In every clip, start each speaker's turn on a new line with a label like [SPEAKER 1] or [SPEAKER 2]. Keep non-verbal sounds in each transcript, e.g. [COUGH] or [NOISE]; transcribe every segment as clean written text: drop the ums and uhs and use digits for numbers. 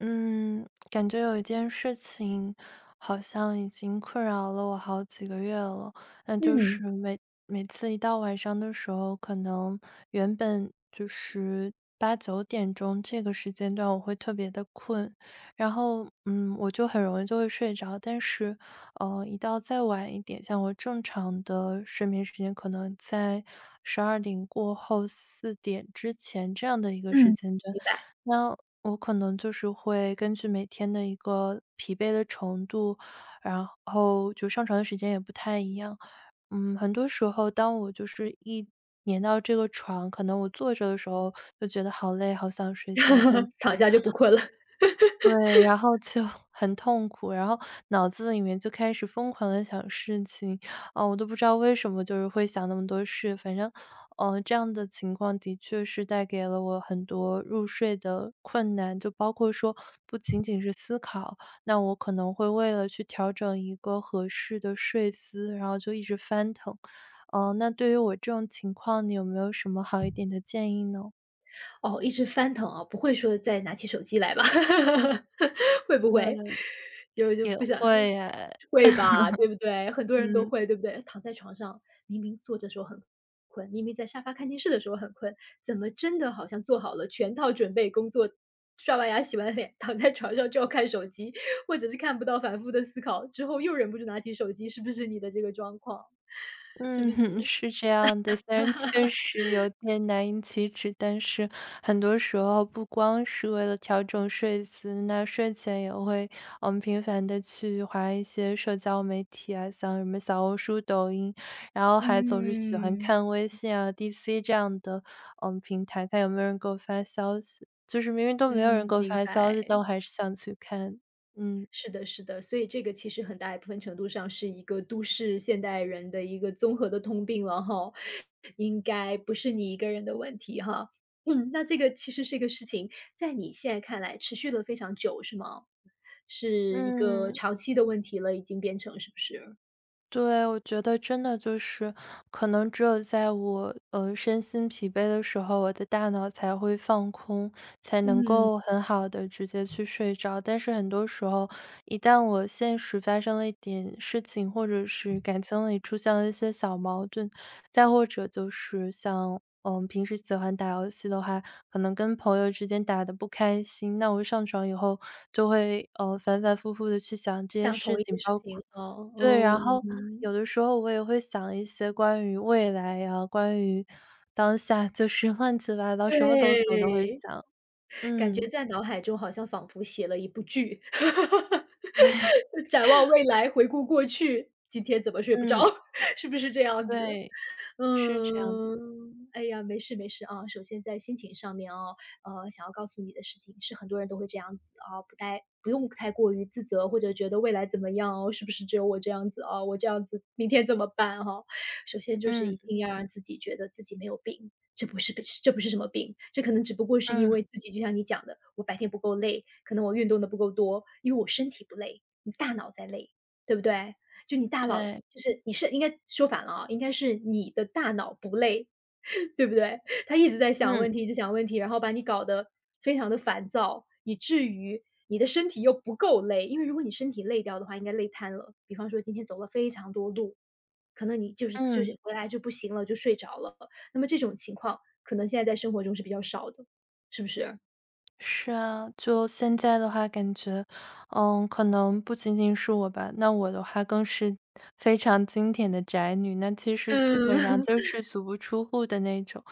[SPEAKER 1] 嗯，感觉有一件事情好像已经困扰了我好几个月了，那就是
[SPEAKER 2] 嗯，
[SPEAKER 1] 每次一到晚上的时候，可能原本就是八九点钟这个时间段我会特别的困，然后我就很容易就会睡着，但是一到再晚一点，像我正常的睡眠时间可能在十二点过后四点之前这样的一个
[SPEAKER 2] 嗯，
[SPEAKER 1] 时间段。
[SPEAKER 2] 明白。
[SPEAKER 1] 那我可能就是会根据每天的一个疲惫的程度，然后就上床的时间也不太一样。很多时候当我就是一粘到这个床，可能我坐着的时候就觉得好累，好想睡觉，但是
[SPEAKER 2] [LAUGHS] 躺下就不困了。
[SPEAKER 1] 对，然后就很痛苦，然后脑子里面就开始疯狂的想事情，啊，我都不知道为什么就是会想那么多事，反正，这样的情况的确是带给了我很多入睡的困难，就包括说不仅仅是思考，那我可能会为了去调整一个合适的睡姿，然后就一直翻腾。那对于我这种情况，你有没有什么好一点的建议呢？
[SPEAKER 2] 哦，一直翻腾啊，不会说再拿起手机来吧？[LAUGHS] 会不会？
[SPEAKER 1] 呃，
[SPEAKER 2] 就就
[SPEAKER 1] 也
[SPEAKER 2] 不想
[SPEAKER 1] 会哎，
[SPEAKER 2] 会吧，对不对？很多人都
[SPEAKER 1] 嗯。
[SPEAKER 2] 会，对不对？躺在床上，明明坐着的时候很困，明明在沙发看电视的时候很困，怎么真的好像做好了全套准备工作，刷完牙、洗完脸，躺在床上就要看手机，或者是看不到反复的思考，之后又忍不住拿起手机，是不是你的这个状况？是不
[SPEAKER 1] 嗯哼，[LAUGHS]
[SPEAKER 2] 是？
[SPEAKER 1] 是这样的，虽然确实有点难以启齿，但是很多时候不光是为了调整睡姿，那睡前也会频繁的去划一些社交媒体啊，像什么小红书、抖音，然后还总是喜欢看
[SPEAKER 2] 嗯，
[SPEAKER 1] 微信啊、DC 这样的平台，看有没有人给我发消息。就是明明都没有人
[SPEAKER 2] 嗯，
[SPEAKER 1] 给我
[SPEAKER 2] 明
[SPEAKER 1] 发消息，
[SPEAKER 2] 白。
[SPEAKER 1] 但我还是想去看。嗯。
[SPEAKER 2] 是的，是的，所以这个其实很大一部分程度上是一个都市现代人的一个综合的通病了哈，应该不是你一个人的问题哈。嗯，那这个其实是一个事情在你现在看来持续了非常久是吗？是一个
[SPEAKER 1] 嗯。
[SPEAKER 2] 长期的问题了，已经变成是不是？
[SPEAKER 1] 对，我觉得真的就是，可能只有在我身心疲惫的时候，我的大脑才会放空，才能
[SPEAKER 2] 嗯，
[SPEAKER 1] 够很好的直接去睡着。但是很多时候，一旦我现实发生了一点事情，或者是感情里出现了一些小矛盾，再或者就是像平时喜欢打游戏的话，可能跟朋友之间打的不开心，那我上床以后就会反反复复的去想这些
[SPEAKER 2] 像同
[SPEAKER 1] 事
[SPEAKER 2] 一个
[SPEAKER 1] 情，
[SPEAKER 2] 事
[SPEAKER 1] 包括。
[SPEAKER 2] 情哦。
[SPEAKER 1] 对，然后
[SPEAKER 2] 嗯，
[SPEAKER 1] 有的时候我也会想一些关于未来呀，关于当下，就是乱七八糟，什么东西我都会
[SPEAKER 2] 对，
[SPEAKER 1] 想。
[SPEAKER 2] 感觉
[SPEAKER 1] 嗯，
[SPEAKER 2] 在脑海中好像仿佛写了一部剧。
[SPEAKER 1] 对，
[SPEAKER 2] 就展望未来，回顾过去，今天怎么睡不着，
[SPEAKER 1] 嗯，
[SPEAKER 2] [LAUGHS] 是不是这样子？
[SPEAKER 1] 对，是这样的。
[SPEAKER 2] 嗯，哎呀，没事没事啊。首先在心情上面哦，想要告诉你的事情是很多人都会这样子啊，不用太过于自责，或者觉得未来怎么样哦，是不是只有我这样子啊？我这样子明天怎么办哈。首先就是
[SPEAKER 1] 嗯，
[SPEAKER 2] 一定要让自己觉得自己没有病，这不是什么病，这可能只不过是因
[SPEAKER 1] 嗯，
[SPEAKER 2] 为自己就像你讲的，我白天不够累，可能我运动的不够多，因为我身体不累，你大脑在累，对不对？就你大脑
[SPEAKER 1] 对，
[SPEAKER 2] 就是你是应该说反了啊，应该是你的大脑不累，[LAUGHS] 对不对？他一直在想
[SPEAKER 1] 嗯，
[SPEAKER 2] 问题，一直想问题，然后把你搞得非常的烦躁，以至于你的身体又不够累。因为如果你身体累掉的话，应该累瘫了。比方说今天走了非常多路，可能你就是就
[SPEAKER 1] 嗯，
[SPEAKER 2] 是回来就不行了，就睡着了。那么这种情况可能现在在生活中是比较少的，是不是？
[SPEAKER 1] 是啊。就现在的话感觉，可能不仅仅是我吧，那我的话更是非常经典的宅女，那其实基本上
[SPEAKER 2] 嗯，[LAUGHS]
[SPEAKER 1] 就是足不出户的那种。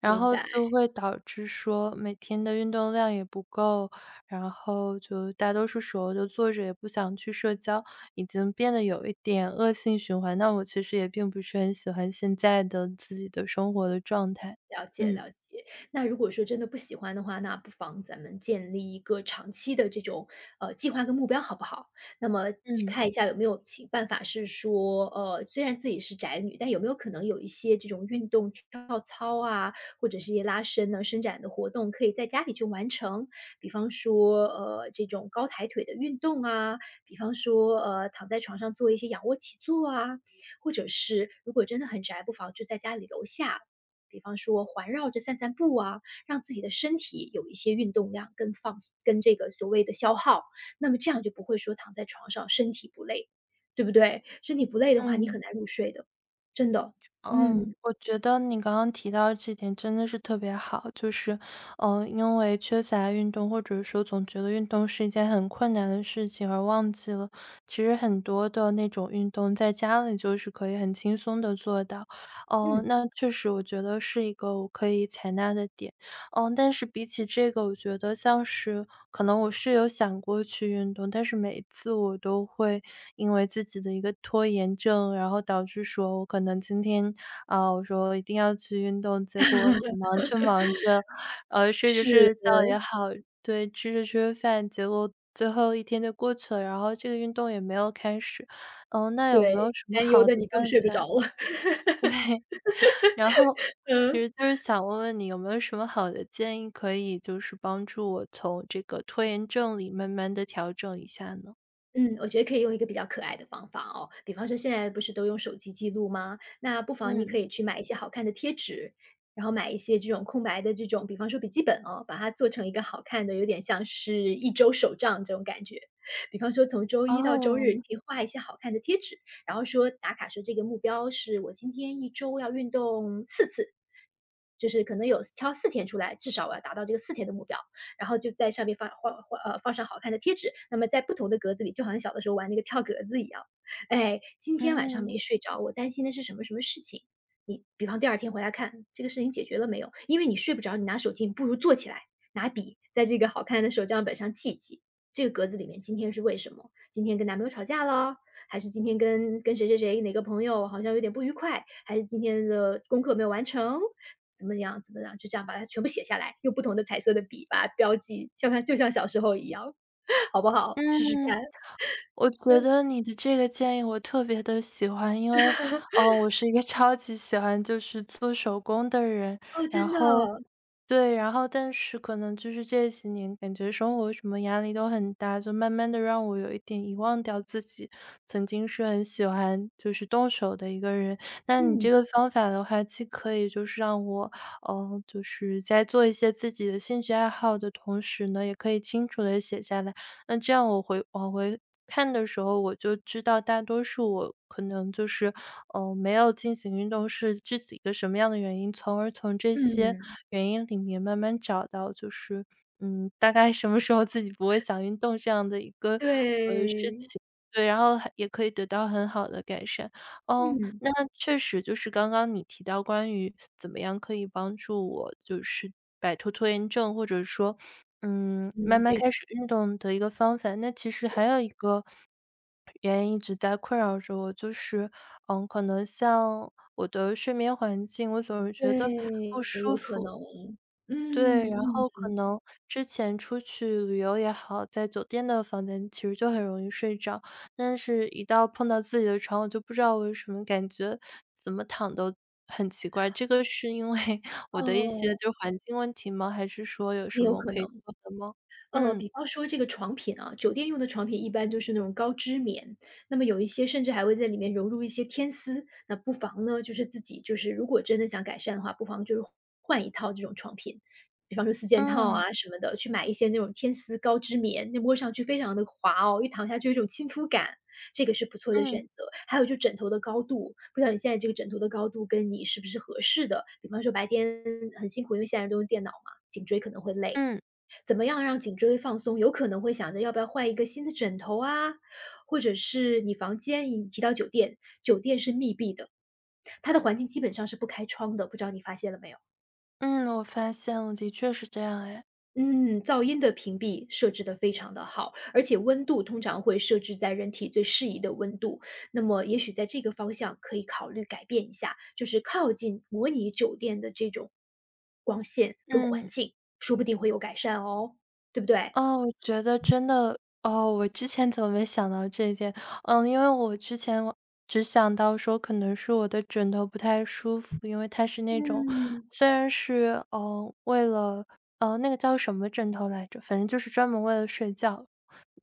[SPEAKER 1] 然
[SPEAKER 2] 明
[SPEAKER 1] 后
[SPEAKER 2] 白。
[SPEAKER 1] 就会导致说每天的运动量也不够，然后就大多数时候就坐着也不想去社交，已经变得有一点恶性循环。那我其实也并不是很喜欢现在的自己的生活的状态。
[SPEAKER 2] 了解
[SPEAKER 1] 嗯
[SPEAKER 2] 了解，那如果说真的不喜欢的话，那不妨咱们建立一个长期的这种计划跟目标，好不好？那么
[SPEAKER 1] 嗯
[SPEAKER 2] 看一下有没有其办法是说，虽然自己是宅女，但有没有可能有一些这种运动、跳操啊，或者是一些拉伸呢、伸展的活动，可以在家里就完成？比方说，这种高抬腿的运动啊，比方说，躺在床上做一些仰卧起坐啊，或者是如果真的很宅，不妨就在家里楼下比方说环绕着散散步啊，让自己的身体有一些运动量跟放跟这个所谓的消耗，那么这样就不会说躺在床上身体不累，对不对？身体不累的话，你很
[SPEAKER 1] 嗯。
[SPEAKER 2] 难入睡的，真的。
[SPEAKER 1] 嗯，
[SPEAKER 2] 嗯，
[SPEAKER 1] 我觉得你刚刚提到这点真的是特别好，就是，因为缺乏运动，或者说总觉得运动是一件很困难的事情，而忘记了其实很多的那种运动在家里就是可以很轻松的做到。
[SPEAKER 2] 嗯，
[SPEAKER 1] 哦，那确实我觉得是一个我可以采纳的点。但是比起这个，我觉得像是可能我是有想过去运动，但是每次我都会因为自己的一个拖延症，然后导致说我可能今天啊，我说一定要去运动，结果忙着忙着，睡着
[SPEAKER 2] 是，
[SPEAKER 1] 睡着觉也好，对，吃着吃着饭，结果最后一天就过去了，然后这个运动也没有开始。那有没有
[SPEAKER 2] 对，
[SPEAKER 1] 什么
[SPEAKER 2] 担忧
[SPEAKER 1] 好的
[SPEAKER 2] 的你更
[SPEAKER 1] 办
[SPEAKER 2] 睡不
[SPEAKER 1] 法？
[SPEAKER 2] 着了。[LAUGHS]
[SPEAKER 1] 然后其
[SPEAKER 2] 嗯。
[SPEAKER 1] 实就是想问问你有没有什么好的建议，可以就是帮助我从这个拖延症里慢慢的调整一下呢？
[SPEAKER 2] 嗯，我觉得可以用一个比较可爱的方法哦，比方说现在不是都用手机记录吗？那不妨你可
[SPEAKER 1] 嗯，
[SPEAKER 2] 以去买一些好看的贴纸，然后买一些这种空白的这种，比方说笔记本哦，把它做成一个好看的，有点像是一周手账这种感觉。比方说从周一到周日，
[SPEAKER 1] 哦，
[SPEAKER 2] 你可以画一些好看的贴纸，然后说打卡说这个目标是我今天一周要运动4次，就是可能有挑四天出来，至少我要达到这个四天的目标，然后就在上面放上好看的贴纸，那么在不同的格子里，就好像小的时候玩那个跳格子一样。哎，今天晚上
[SPEAKER 1] 嗯，
[SPEAKER 2] 没睡着，我担心的是什么什么事情，你比方第二天回来看这个事情解决了没有，因为你睡不着，你拿手机，你不如坐起来，拿笔在这个好看的手账本上记一记，这个格子里面今天是为什么，今天跟男朋友吵架了，还是今天跟谁谁谁哪个朋友好像有点不愉快，还是今天的功课没有完成？怎么样怎么样，就这样把它全部写下来，用不同的彩色的笔把它标记，就像小时候一样，[LAUGHS] 好不好？试试
[SPEAKER 1] 嗯。
[SPEAKER 2] 看。
[SPEAKER 1] 我觉得你的这个建议我特别的喜欢，因为，我是一个超级喜欢就是做手工的人。
[SPEAKER 2] 哦，
[SPEAKER 1] 然
[SPEAKER 2] 真的。
[SPEAKER 1] 后对，然后但是可能就是这几年感觉生活什么压力都很大，就慢慢的让我有一点遗忘掉自己曾经是很喜欢就是动手的一个人。那你
[SPEAKER 2] 嗯，
[SPEAKER 1] 这个方法的话，既可以就是让我，就是在做一些自己的兴趣爱好的同时呢，也可以清楚的写下来。那这样我回往回看的时候，我就知道大多数我可能就是，没有进行运动是具体一个什么样的原因，从而从这些
[SPEAKER 2] 嗯，
[SPEAKER 1] 原因里面慢慢找到，就是，大概什么时候自己不会想运动这样的一个
[SPEAKER 2] 对，
[SPEAKER 1] 对，然后还也可以得到很好的改善。嗯，
[SPEAKER 2] 嗯，
[SPEAKER 1] 那确实就是刚刚你提到关于怎么样可以帮助我就是摆脱拖延症，或者说，慢
[SPEAKER 2] 嗯，
[SPEAKER 1] 慢
[SPEAKER 2] 对
[SPEAKER 1] 开始运动的一个方法。那其实还有一个原因一直在困扰着我，就是，可能像我的睡眠环境，我总是觉得不
[SPEAKER 2] 对，
[SPEAKER 1] 舒
[SPEAKER 2] 有可
[SPEAKER 1] 服。
[SPEAKER 2] 能。
[SPEAKER 1] 对，
[SPEAKER 2] 嗯，
[SPEAKER 1] 然
[SPEAKER 2] 嗯，
[SPEAKER 1] 后可能之前出去旅游也好，在酒店的房间其实就很容易睡着，但是一到碰到自己的床，我就不知道为什么感觉怎么躺都很奇怪。这个是因为 [LAUGHS] 我的一些
[SPEAKER 2] 哦，
[SPEAKER 1] 就环境问题吗？还是说有
[SPEAKER 2] 很
[SPEAKER 1] 什
[SPEAKER 2] 有
[SPEAKER 1] 么我
[SPEAKER 2] 可
[SPEAKER 1] 可以
[SPEAKER 2] 能。
[SPEAKER 1] 做的吗？嗯
[SPEAKER 2] 比方说这个床品啊，酒店用的床品一般就是那种高织棉，那么有一些甚至还会在里面融入一些天丝。那不妨呢，就是自己就是如果真的想改善的话，不妨就是换一套这种床品，比方说四件套
[SPEAKER 1] 嗯
[SPEAKER 2] 啊什么的，去买一些那种天丝高织棉，那摸上去非常的滑哦，一躺下就有一种亲肤感，这个是不错的选
[SPEAKER 1] 嗯
[SPEAKER 2] 择。还有就枕头的高度，不知道你现在这个枕头的高度跟你是不是合适的？比方说白天很辛苦，因为现在人都用电脑嘛，颈椎可能会累。
[SPEAKER 1] 嗯
[SPEAKER 2] 怎么样让颈椎放松？有可能会想着要不要换一个新的枕头啊，或者是你房间你提到酒店，酒店是密闭的，它的环境基本上是不开窗的，不知道你发现了没有？
[SPEAKER 1] 嗯，我发现了，的确是这样哎。
[SPEAKER 2] 嗯，噪音的屏蔽设置的非常的好，而且温度通常会设置在人体最适宜的温度。那么，也许在这个方向可以考虑改变一下，就是靠近模拟酒店的这种光线跟环
[SPEAKER 1] 嗯。
[SPEAKER 2] 境，说不定会有改善哦，对不对？
[SPEAKER 1] 哦，我觉得真的哦，我之前怎么没想到这一点？嗯，因为我之前我只想到说可能是我的枕头不太舒服，因为它是那种
[SPEAKER 2] 嗯。
[SPEAKER 1] 虽然是，为了那个叫什么枕头来着？反正就是专门为了睡觉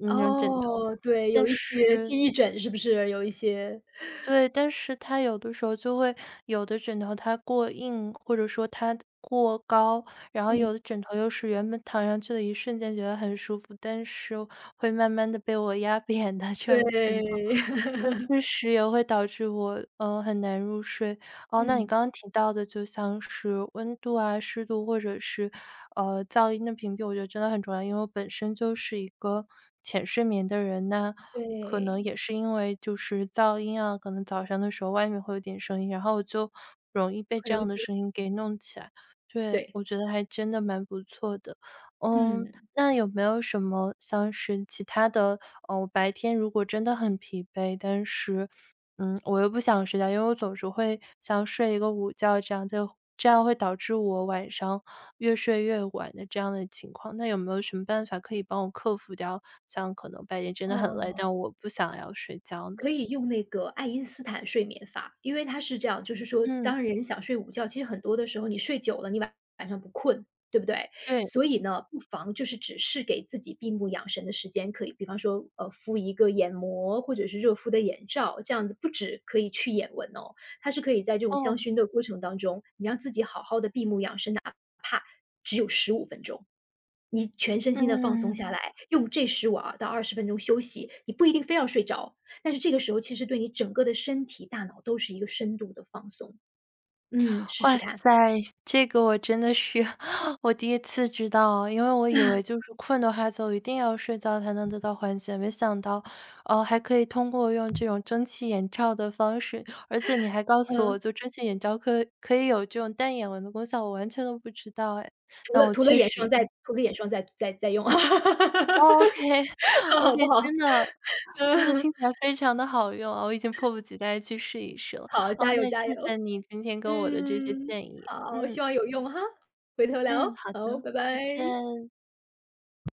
[SPEAKER 1] 那种枕头。
[SPEAKER 2] 哦，对，
[SPEAKER 1] 但
[SPEAKER 2] 有一些
[SPEAKER 1] 是
[SPEAKER 2] 记忆枕是不是？有一些
[SPEAKER 1] 对，但是它有的时候就会有的枕头它过硬，或者说它过高，然后
[SPEAKER 2] 嗯。
[SPEAKER 1] 有的枕头又是原本躺上去的一瞬间觉得很舒服，但是会慢慢的被我压扁的这种情况。
[SPEAKER 2] 对。
[SPEAKER 1] 对，
[SPEAKER 2] [LAUGHS]
[SPEAKER 1] 确实也会导致我，很难入睡。哦，那你
[SPEAKER 2] 嗯。
[SPEAKER 1] 刚刚提到的就像是温度啊、湿度或者是，噪音的屏蔽，我觉得真的很重要。因为我本身就是一个浅睡眠的人，那可
[SPEAKER 2] 对，
[SPEAKER 1] 能也是因为就是噪音啊，可能早上的时候外面会有点声音，然后我就容易被
[SPEAKER 2] 很
[SPEAKER 1] 这
[SPEAKER 2] 容易
[SPEAKER 1] 样的
[SPEAKER 2] 记。
[SPEAKER 1] 声音给弄起来。对，
[SPEAKER 2] 对。
[SPEAKER 1] 我觉得还真的蛮不错的。嗯，
[SPEAKER 2] 嗯。
[SPEAKER 1] 那有没有什么像是其他的，我白天如果真的很疲惫，但是，我又不想睡觉，因为我总是会像睡一个午觉，这样就这样会导致我晚上越睡越晚的这样的情况。那有没有什么办法可以帮我克服掉，像可能白天真的很累，
[SPEAKER 2] 哦。
[SPEAKER 1] 但我不想要睡觉呢？
[SPEAKER 2] 可以用那个爱因斯坦睡眠法，因为它是这样，就是说，
[SPEAKER 1] 嗯，
[SPEAKER 2] 当人想睡午觉，其实很多的时候你睡久了，你晚上不困，对不对？
[SPEAKER 1] 对，
[SPEAKER 2] 所以呢，不妨就是只是给自己闭目养神的时间，可以，比方说，敷一个眼膜或者是热敷的眼罩，这样子不止可以去眼纹哦，它是可以在这种香
[SPEAKER 1] 哦，
[SPEAKER 2] 薰的过程当中，你让自己好好的闭目养神，哪怕只有15分钟。你全身心的放松下
[SPEAKER 1] 嗯。
[SPEAKER 2] 来，用这十五到20分钟休息，你不一定非要睡着，但是这个时候其实对你整个的身体、大脑都是一个深度的放松。嗯，试
[SPEAKER 1] 哇
[SPEAKER 2] 试看。
[SPEAKER 1] 塞，这个我真的是 [LAUGHS] 我第一次知道，因为我以为就
[SPEAKER 2] [LAUGHS]
[SPEAKER 1] 是困的话就一定要睡觉才能得到缓解，没想到，还可以通过用这种蒸汽眼罩的方式，而且你还告诉
[SPEAKER 2] 嗯，
[SPEAKER 1] 我就蒸汽眼罩可以有这种淡眼纹的功效，我完全都不知道哎，
[SPEAKER 2] 涂
[SPEAKER 1] 那
[SPEAKER 2] 了
[SPEAKER 1] 我
[SPEAKER 2] 涂了
[SPEAKER 1] 确实
[SPEAKER 2] 眼霜再涂了眼霜再再再用，[LAUGHS]
[SPEAKER 1] ，OK，OK，
[SPEAKER 2] 好不
[SPEAKER 1] [LAUGHS]
[SPEAKER 2] 好？
[SPEAKER 1] 真的真的
[SPEAKER 2] 嗯，
[SPEAKER 1] 听起来非常的好用啊，我已经迫不及待去试一试了。
[SPEAKER 2] 好，
[SPEAKER 1] 哦，
[SPEAKER 2] 加油
[SPEAKER 1] 那谢
[SPEAKER 2] 加油。
[SPEAKER 1] 谢你今天跟我的这些
[SPEAKER 2] 嗯，
[SPEAKER 1] 建议，
[SPEAKER 2] 好，
[SPEAKER 1] 嗯。
[SPEAKER 2] 希望有用哈，回头聊
[SPEAKER 1] 嗯，好
[SPEAKER 2] 哦，好，
[SPEAKER 1] 的，
[SPEAKER 2] 拜拜。
[SPEAKER 1] 再见。